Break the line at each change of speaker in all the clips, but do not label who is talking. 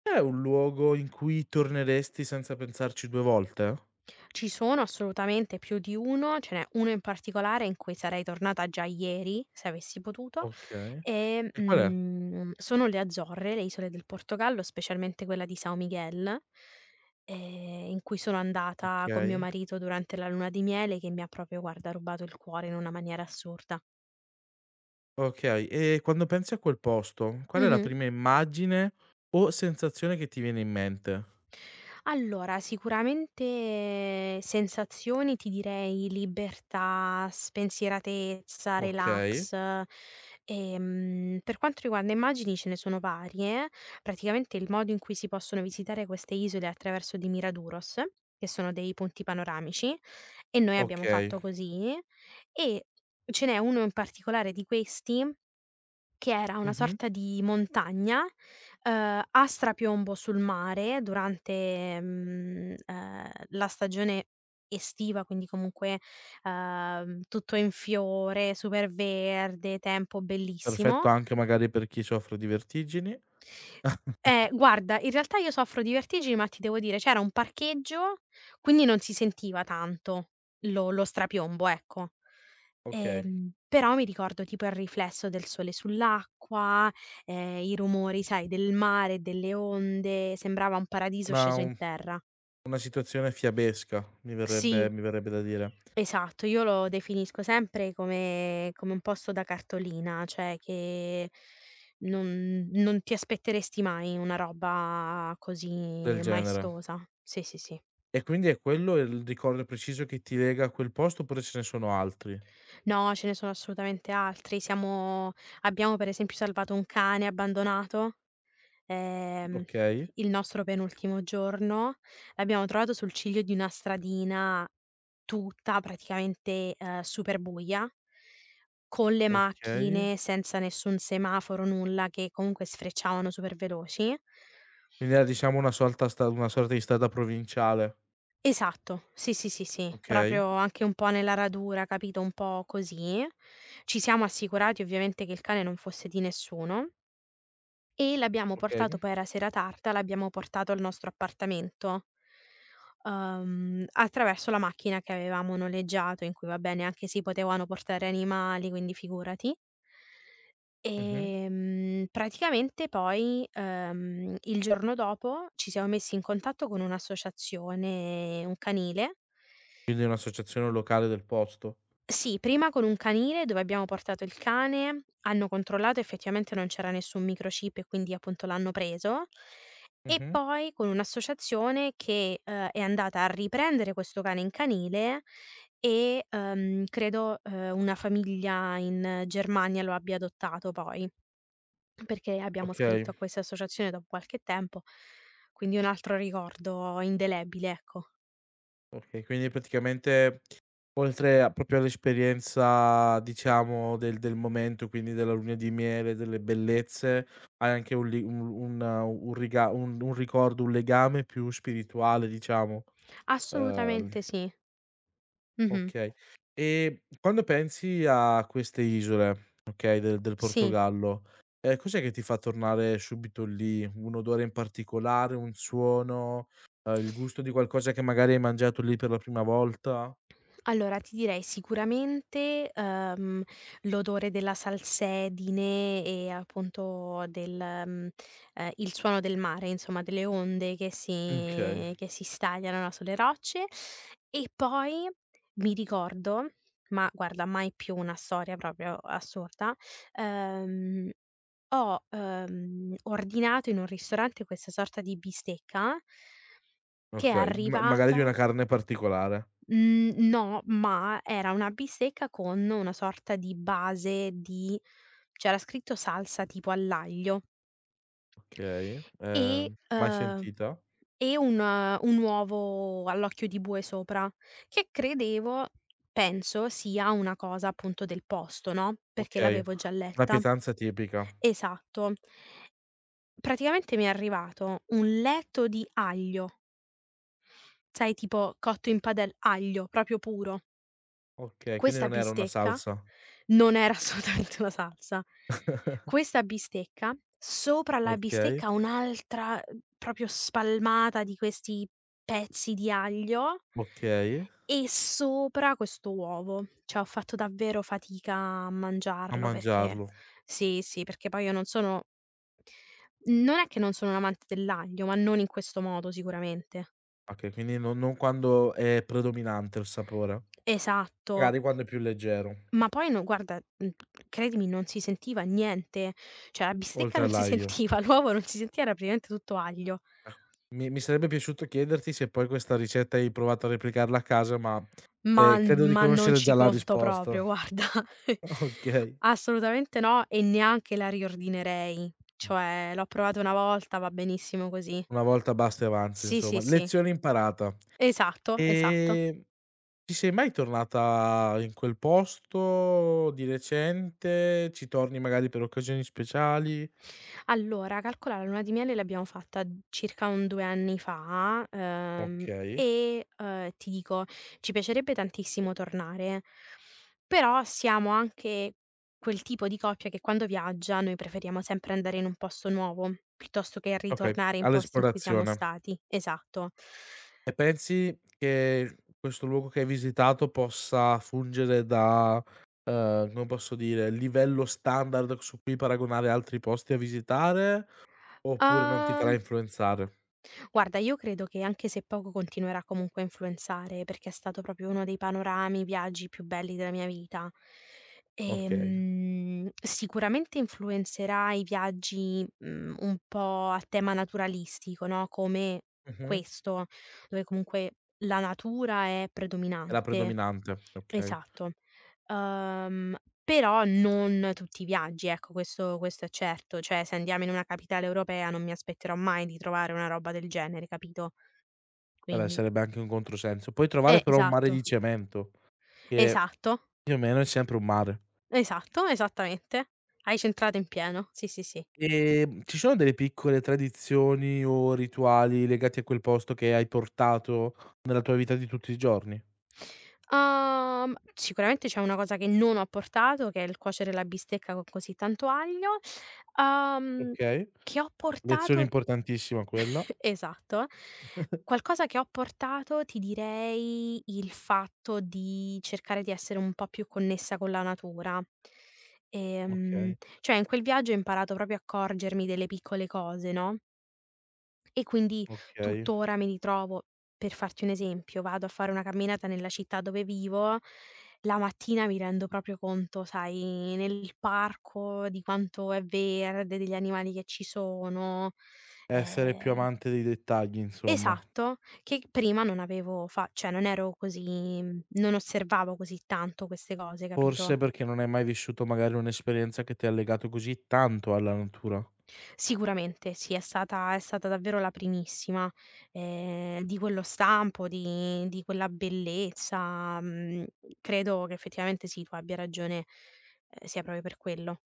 È un luogo in cui torneresti senza pensarci 2 volte?
Ci sono assolutamente più di uno, ce n'è uno in particolare in cui sarei tornata già ieri, se avessi potuto,
Okay.
e,
E qual è?
sono le Azzorre, le isole del Portogallo, specialmente quella di São Miguel, in cui sono andata con mio
Okay,
marito durante la luna di miele, che mi ha proprio, guarda, rubato il cuore in una maniera assurda.
okay. E quando pensi a quel posto, qual è la
Mh-mh.
prima immagine o sensazione che ti viene in mente?
Allora, sicuramente sensazioni ti direi libertà, spensieratezza,
Okay,
relax. Per quanto riguarda immagini ce ne sono varie. Praticamente il modo in cui si possono visitare queste isole è attraverso di Miraduros, che sono dei punti panoramici, e noi abbiamo
okay.
fatto così. E ce n'è uno in particolare di questi che era una
Mh-mh.
sorta di montagna, a strapiombo sul mare durante, la stagione estiva, quindi comunque, tutto in fiore, super verde, tempo
Perfetto
bellissimo.
anche magari per chi soffre di vertigini.
Guarda, in realtà io soffro di vertigini, ma ti devo dire, c'era un parcheggio, quindi non si sentiva tanto lo strapiombo, ecco.
Okay.
Però mi ricordo tipo il riflesso del sole sull'acqua, i rumori, sai, del mare, delle onde, sembrava un paradiso
Una
sceso in
un
terra.
una situazione fiabesca mi verrebbe
Sì,
mi verrebbe da dire,
esatto, io lo definisco sempre come un posto da cartolina, cioè che non ti aspetteresti mai una roba
del
così
genere.
maestosa. Sì, sì, sì.
E quindi è quello il ricordo preciso che ti lega a quel posto oppure ce ne sono altri?
No, ce ne sono assolutamente altri. Siamo abbiamo per esempio salvato un cane abbandonato, ehm,
Okay.
il nostro penultimo giorno, l'abbiamo trovato sul ciglio di una stradina tutta praticamente, super buia, con le
Okay.
macchine, senza nessun semaforo, nulla, che comunque sfrecciavano super veloci.
Quindi era, diciamo, una sorta di strada provinciale.
Esatto, sì, sì, sì, sì,
Okay.
proprio anche un po' nella radura, capito, un po' così. Ci siamo assicurati ovviamente che il cane non fosse di nessuno. E l'abbiamo
Okay.
portato, poi era sera tarda, l'abbiamo portato al nostro appartamento, attraverso la macchina che avevamo noleggiato, in cui vabbè neanche si potevano portare animali, quindi figurati.
Mh-mh.
Praticamente poi, il giorno dopo ci siamo messi in contatto con un'associazione, un canile.
Quindi un'associazione locale del posto.
Sì, prima con un canile dove abbiamo portato il cane, hanno controllato, effettivamente non c'era nessun microchip e quindi appunto l'hanno preso. E
Mh-mh.
poi con un'associazione che, è andata a riprendere questo cane in canile, e, credo, una famiglia in Germania lo abbia adottato poi, perché abbiamo scritto
Okay,
a questa associazione dopo qualche tempo, quindi un altro ricordo indelebile, ecco.
okay. Quindi praticamente oltre a proprio all'esperienza, diciamo, del momento, quindi della luna di miele, delle bellezze, hai anche un li un riga un ricordo, un legame più spirituale, diciamo, uhm
Assolutamente sì. Mh-mh.
okay. E quando pensi a queste isole, okay, del
Sì.
Portogallo, cos'è che ti fa tornare subito lì? Un odore in particolare, un suono, il gusto di qualcosa che magari hai mangiato lì per la prima volta?
Allora, ti direi sicuramente, l'odore della salsedine e appunto il suono del mare, insomma delle onde che si
Okay,
che si stagliano, no, sulle rocce. E poi mi ricordo, ma guarda mai più una storia proprio assurda, ehm, ho, ordinato in un ristorante questa sorta di bistecca che è
okay. Ma magari di
arrivata.
una carne particolare.
Mhmm, no, ma era una bistecca con una sorta di base di, c'era scritto salsa tipo all'aglio
Okay,
e
mai
uhm,
sentita?
e un uovo all'occhio di bue sopra, che credevo, penso sia una cosa appunto del posto, no, perché
Okay,
l'avevo già
una
letta.
pietanza tipica.
Esatto. Praticamente mi è arrivato un letto di aglio, sai tipo cotto in padel aglio, proprio puro.
Okay, quindi
Questa
non era una
bistecca
salsa.
non era assolutamente una salsa. Questa bistecca, sopra la
Okay,
bistecca un'altra, proprio spalmata di questi pezzi di aglio
okay.
e sopra questo uovo. Cioè ho fatto davvero fatica a
A
mangiarlo, perché
mangiarlo.
sì, sì, perché poi io non sono, non è che non sono un amante dell'aglio, ma non in questo modo sicuramente.
Okay, quindi no, non quando è predominante il sapore,
Esatto.
magari quando è più leggero,
Ma poi no guarda, credimi non si sentiva niente, cioè la bistecca
oltre
non si
all'aglio.
sentiva, l'uovo non si sentiva, era praticamente tutto aglio.
Ah, mi sarebbe piaciuto chiederti se poi questa ricetta hai provato a replicarla a casa, ma,
Ma
credo di
ma non
conoscere
ci
già la
conto
risposta.
proprio, guarda.
Okay.
Assolutamente no, e neanche la riordinerei. Cioè l'ho provata una volta, va benissimo così.
Una volta basta e avanza,
Sì,
insomma.
sì, sì.
Lezione imparata.
Esatto, esatto.
Ehm, Ci sei mai tornata in quel posto di recente? Ci torni magari per occasioni speciali?
Allora, calcola la luna di miele l'abbiamo fatta circa un 2 anni fa,
Okay,
e, ti dico, ci piacerebbe tantissimo tornare, però siamo anche quel tipo di coppia che quando viaggia noi preferiamo sempre andare in un posto nuovo, piuttosto che
okay,
ritornare in posti in cui siamo
all'esplorazione.
stati. Esatto.
E pensi che questo luogo che hai visitato possa fungere da, come posso dire, livello standard su cui paragonare altri posti a visitare, oppure non ti farà
Uhm
influenzare?
Guarda, io credo che anche se poco continuerà comunque a influenzare, perché è stato proprio uno dei panorami, viaggi più belli della mia vita.
Okay.
Sicuramente influenzerà i viaggi, un po' a tema naturalistico, no, come
Mh-mh.
questo, dove comunque la natura è
È la
predominante.
predominante, okay.
Esatto. Uhm, Però non tutti i viaggi, ecco, questo questo è certo. Cioè, se andiamo in una capitale europea non mi aspetterò mai di trovare una roba del genere, capito?
Eh beh,
Quindi
sarebbe anche un controsenso. Puoi trovare però un mare di
esatto,
cemento, che
esatto,
più o meno è sempre un mare.
esatto, esattamente. Hai centrato in pieno. Sì, sì, sì.
Ci sono delle piccole tradizioni o rituali legati a quel posto che hai portato nella tua vita di tutti i giorni?
Sicuramente c'è una cosa che non ho portato, che è il cuocere la bistecca con così tanto aglio. Uhm,
Okay.
che ho
Lezione
portato.
importantissima quella.
Esatto. Qualcosa che ho portato, ti direi il fatto di cercare di essere un po' più connessa con la natura. Ehm,
Okay,
cioè in quel viaggio ho imparato proprio a accorgermi delle piccole cose, no, e quindi
okay.
tuttora mi ritrovo, per farti un esempio, vado a fare una camminata nella città dove vivo, la mattina mi rendo proprio conto, sai, nel parco di quanto è verde, degli animali che ci sono,
Essere più
ehm
amante dei dettagli, insomma.
esatto, che prima non avevo fa cioè non ero così, non osservavo così tanto queste cose,
Forse
capito?
perché non hai mai vissuto magari un'esperienza che ti ha legato così tanto alla natura.
Sicuramente sì, è stata davvero la primissima, di quello stampo, di quella bellezza, credo che effettivamente sì, tu abbia ragione, sia proprio per quello.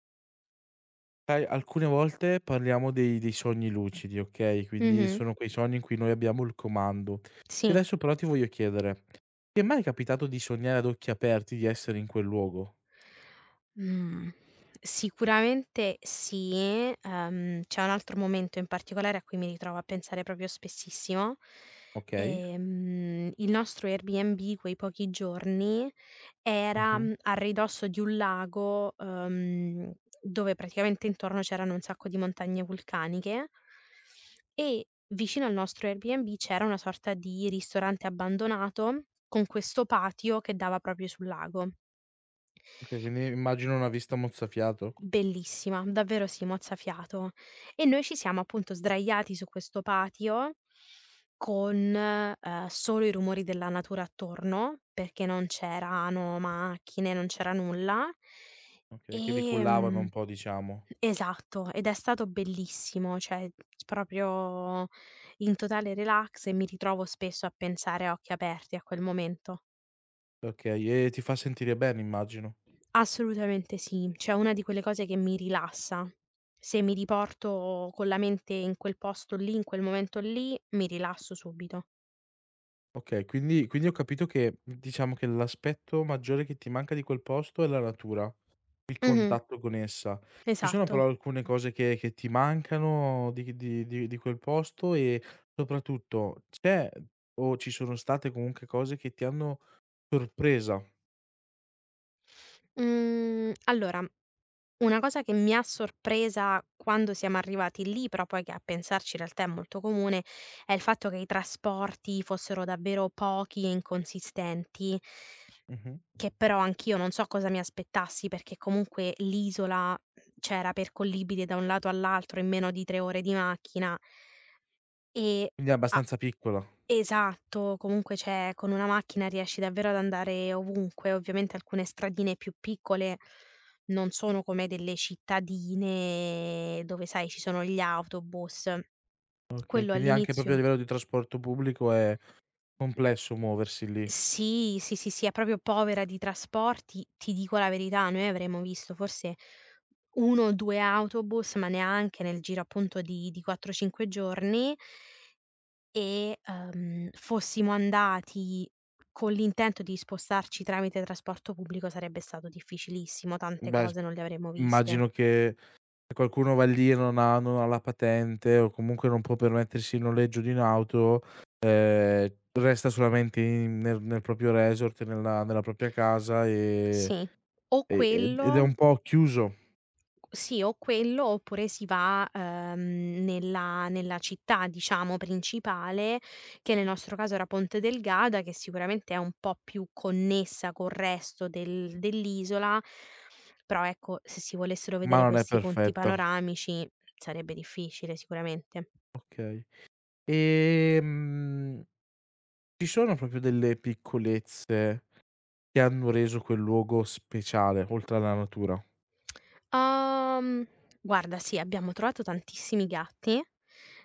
Sai, alcune volte parliamo dei sogni lucidi, okay, quindi
Mh-mh,
sono quei sogni in cui noi abbiamo il comando. E
sì.
adesso però ti voglio chiedere: ti è mai capitato di sognare ad occhi aperti di essere in quel luogo?
Mhmm, Sicuramente sì. C'è un altro momento in particolare a cui mi ritrovo a pensare proprio spessissimo.
Okay.
Il nostro Airbnb quei pochi giorni era,
Mh-mh.
a ridosso di un lago, dove praticamente intorno c'erano un sacco di montagne vulcaniche e vicino al nostro Airbnb c'era una sorta di ristorante abbandonato con questo patio che dava proprio sul lago.
Okay, quindi immagino una vista mozzafiato?
Bellissima, davvero sì, mozzafiato. E noi ci siamo appunto sdraiati su questo patio con, solo i rumori della natura attorno, perché non c'erano macchine, non c'era nulla.
Okay, che vi cullavano un
Ehm
po', diciamo.
esatto, ed è stato bellissimo, cioè proprio in totale relax, e mi ritrovo spesso a pensare a occhi aperti a quel momento.
Okay, e ti fa sentire bene, immagino.
Assolutamente sì, cioè è una di quelle cose che mi rilassa. Se mi riporto con la mente in quel posto lì, in quel momento lì, mi rilasso subito.
Okay, quindi, quindi ho capito che, diciamo, che l'aspetto maggiore che ti manca di quel posto è la natura, il
Mh-mh,
contatto con essa. Ci sono però
esatto.
alcune cose che ti mancano di quel posto e soprattutto c'è o ci sono state comunque cose che ti hanno sorpresa?
Mhmm, allora, una cosa che mi ha sorpresa quando siamo arrivati lì, però poi che a pensarci in realtà è molto comune, è il fatto che i trasporti fossero davvero pochi e inconsistenti.
Mh-mh.
Che però anch'io non so cosa mi aspettassi, perché comunque l'isola, cioè era percollibile da un lato all'altro in meno di 3 ore di macchina, e
Quindi è
a
abbastanza piccola.
esatto, comunque cioè con una macchina riesci davvero ad andare ovunque. Ovviamente alcune stradine più piccole non sono come delle cittadine dove sai ci sono gli autobus.
Okay,
Quello
quindi anche proprio a
all'inizio.
livello di trasporto pubblico è complesso muoversi lì.
Sì, sì, sì, sì, è proprio povera di trasporti. Ti dico la verità, noi avremmo visto forse 1 o 2 autobus, ma neanche nel giro appunto di 4, 5 giorni, e, fossimo andati con l'intento di spostarci tramite trasporto pubblico sarebbe stato difficilissimo, tante
Beh, s
cose non le avremmo viste.
immagino che, se qualcuno va lì e non ha la patente o comunque non può permettersi il noleggio di un'auto, ehm, resta solamente in nel proprio resort, nella propria casa,
Sì, o
e ed è un
quello.
po' chiuso,
Sì, o quello oppure si va, nella città, diciamo, principale, che nel nostro caso era Ponte Delgada, che sicuramente è un po' più connessa col resto dell'isola, però ecco, se si volessero
ma
vedere
non è
questi punti
perfetta.
panoramici sarebbe difficile sicuramente.
Okay. Ehm, Ci sono proprio delle piccolezze che hanno reso quel luogo speciale, oltre alla natura.
Uhm, Guarda sì, abbiamo trovato tantissimi gatti,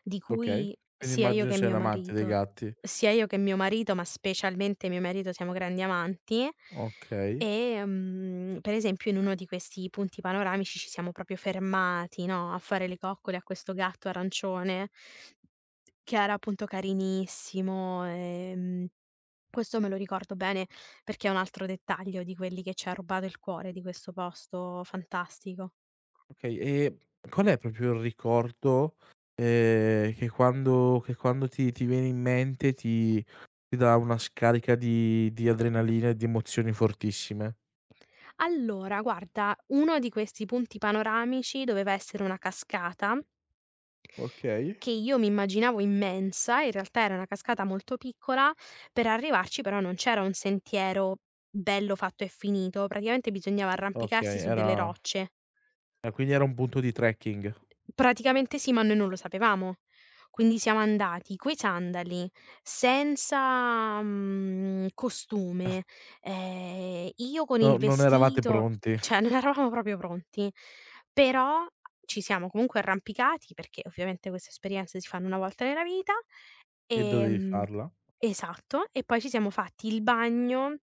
di
Okay.
cui
Quindi
sia io
immagino
che
sei un
mio
amante dei
marito,
gatti.
ma specialmente mio marito siamo grandi amanti,
Okay.
e, per esempio in uno di questi punti panoramici ci siamo proprio fermati, no, a fare le coccole a questo gatto arancione che era appunto carinissimo, questo me lo ricordo bene perché è un altro dettaglio di quelli che ci ha rubato il cuore di questo posto fantastico.
Okay, e qual è proprio il ricordo, che quando ti viene in mente ti dà una scarica di adrenalina e di emozioni fortissime?
Allora guarda, uno di questi punti panoramici doveva essere una cascata,
Okay.
che io mi immaginavo immensa, in realtà era una cascata molto piccola, per arrivarci però non c'era un sentiero bello fatto e finito, praticamente bisognava arrampicarsi
Okay,
su delle
era
rocce.
quindi era un punto di trekking.
Praticamente sì, ma noi non lo sapevamo. Quindi siamo andati coi sandali, senza, costume, io con
No,
il
non eravate
vestito,
pronti
cioè non eravamo proprio pronti, però ci siamo comunque arrampicati, perché ovviamente queste esperienze si fanno una volta nella vita,
e dovevi
ehm
farla.
esatto, e poi ci siamo fatti il bagno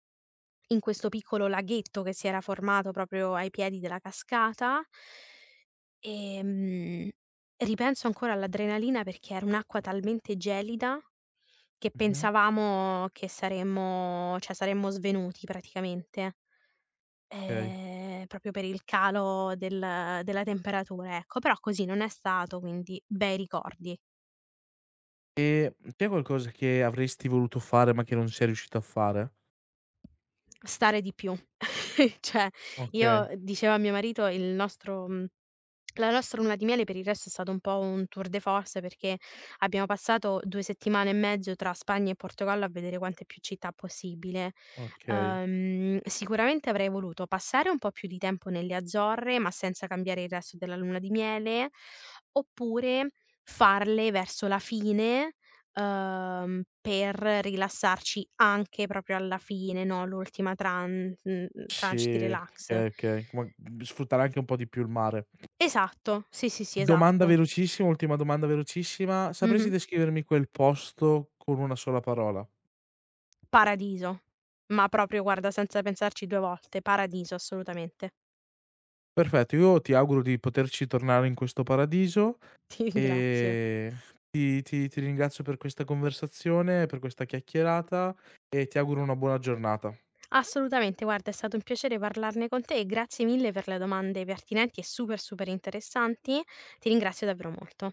in questo piccolo laghetto che si era formato proprio ai piedi della cascata. Ehm, Ripenso ancora all'adrenalina perché era un'acqua talmente gelida che
Mh-mh,
pensavamo che saremmo, cioè saremmo svenuti praticamente,
okay.
proprio per il calo della temperatura, ecco. Però così non è stato, quindi bei ricordi.
E c'è qualcosa che avresti voluto fare ma che non sei riuscito a fare?
Stare di più. Cioè, io
Okay,
dicevo a mio marito il nostro, mhmm la nostra luna di miele per il resto è stato un po' un tour de force perché abbiamo passato 2 settimane e mezzo tra Spagna e Portogallo a vedere quante più città possibile.
okay.
Sicuramente avrei voluto passare un po' più di tempo nelle Azzorre, ma senza cambiare il resto della luna di miele, oppure farle verso la fine, per rilassarci anche proprio alla fine, no, l'ultima
Sì,
tranche di relax.
okay, okay. Ma, sfruttare anche un po' di più il mare.
Esatto, sì, sì, sì,
Domanda
esatto.
velocissima, ultima domanda velocissima. Sapresti
Mh-mh.
descrivermi quel posto con una sola parola?
Paradiso. Ma proprio guarda, senza pensarci 2 volte, paradiso assolutamente.
Perfetto, io ti auguro di poterci tornare in questo paradiso,
Ti ringrazio.
ehm, ti ringrazio per questa conversazione, per questa chiacchierata e ti auguro una buona giornata.
Assolutamente, guarda è stato un piacere parlarne con te, e grazie mille per le domande pertinenti e super, super interessanti. Ti ringrazio davvero molto.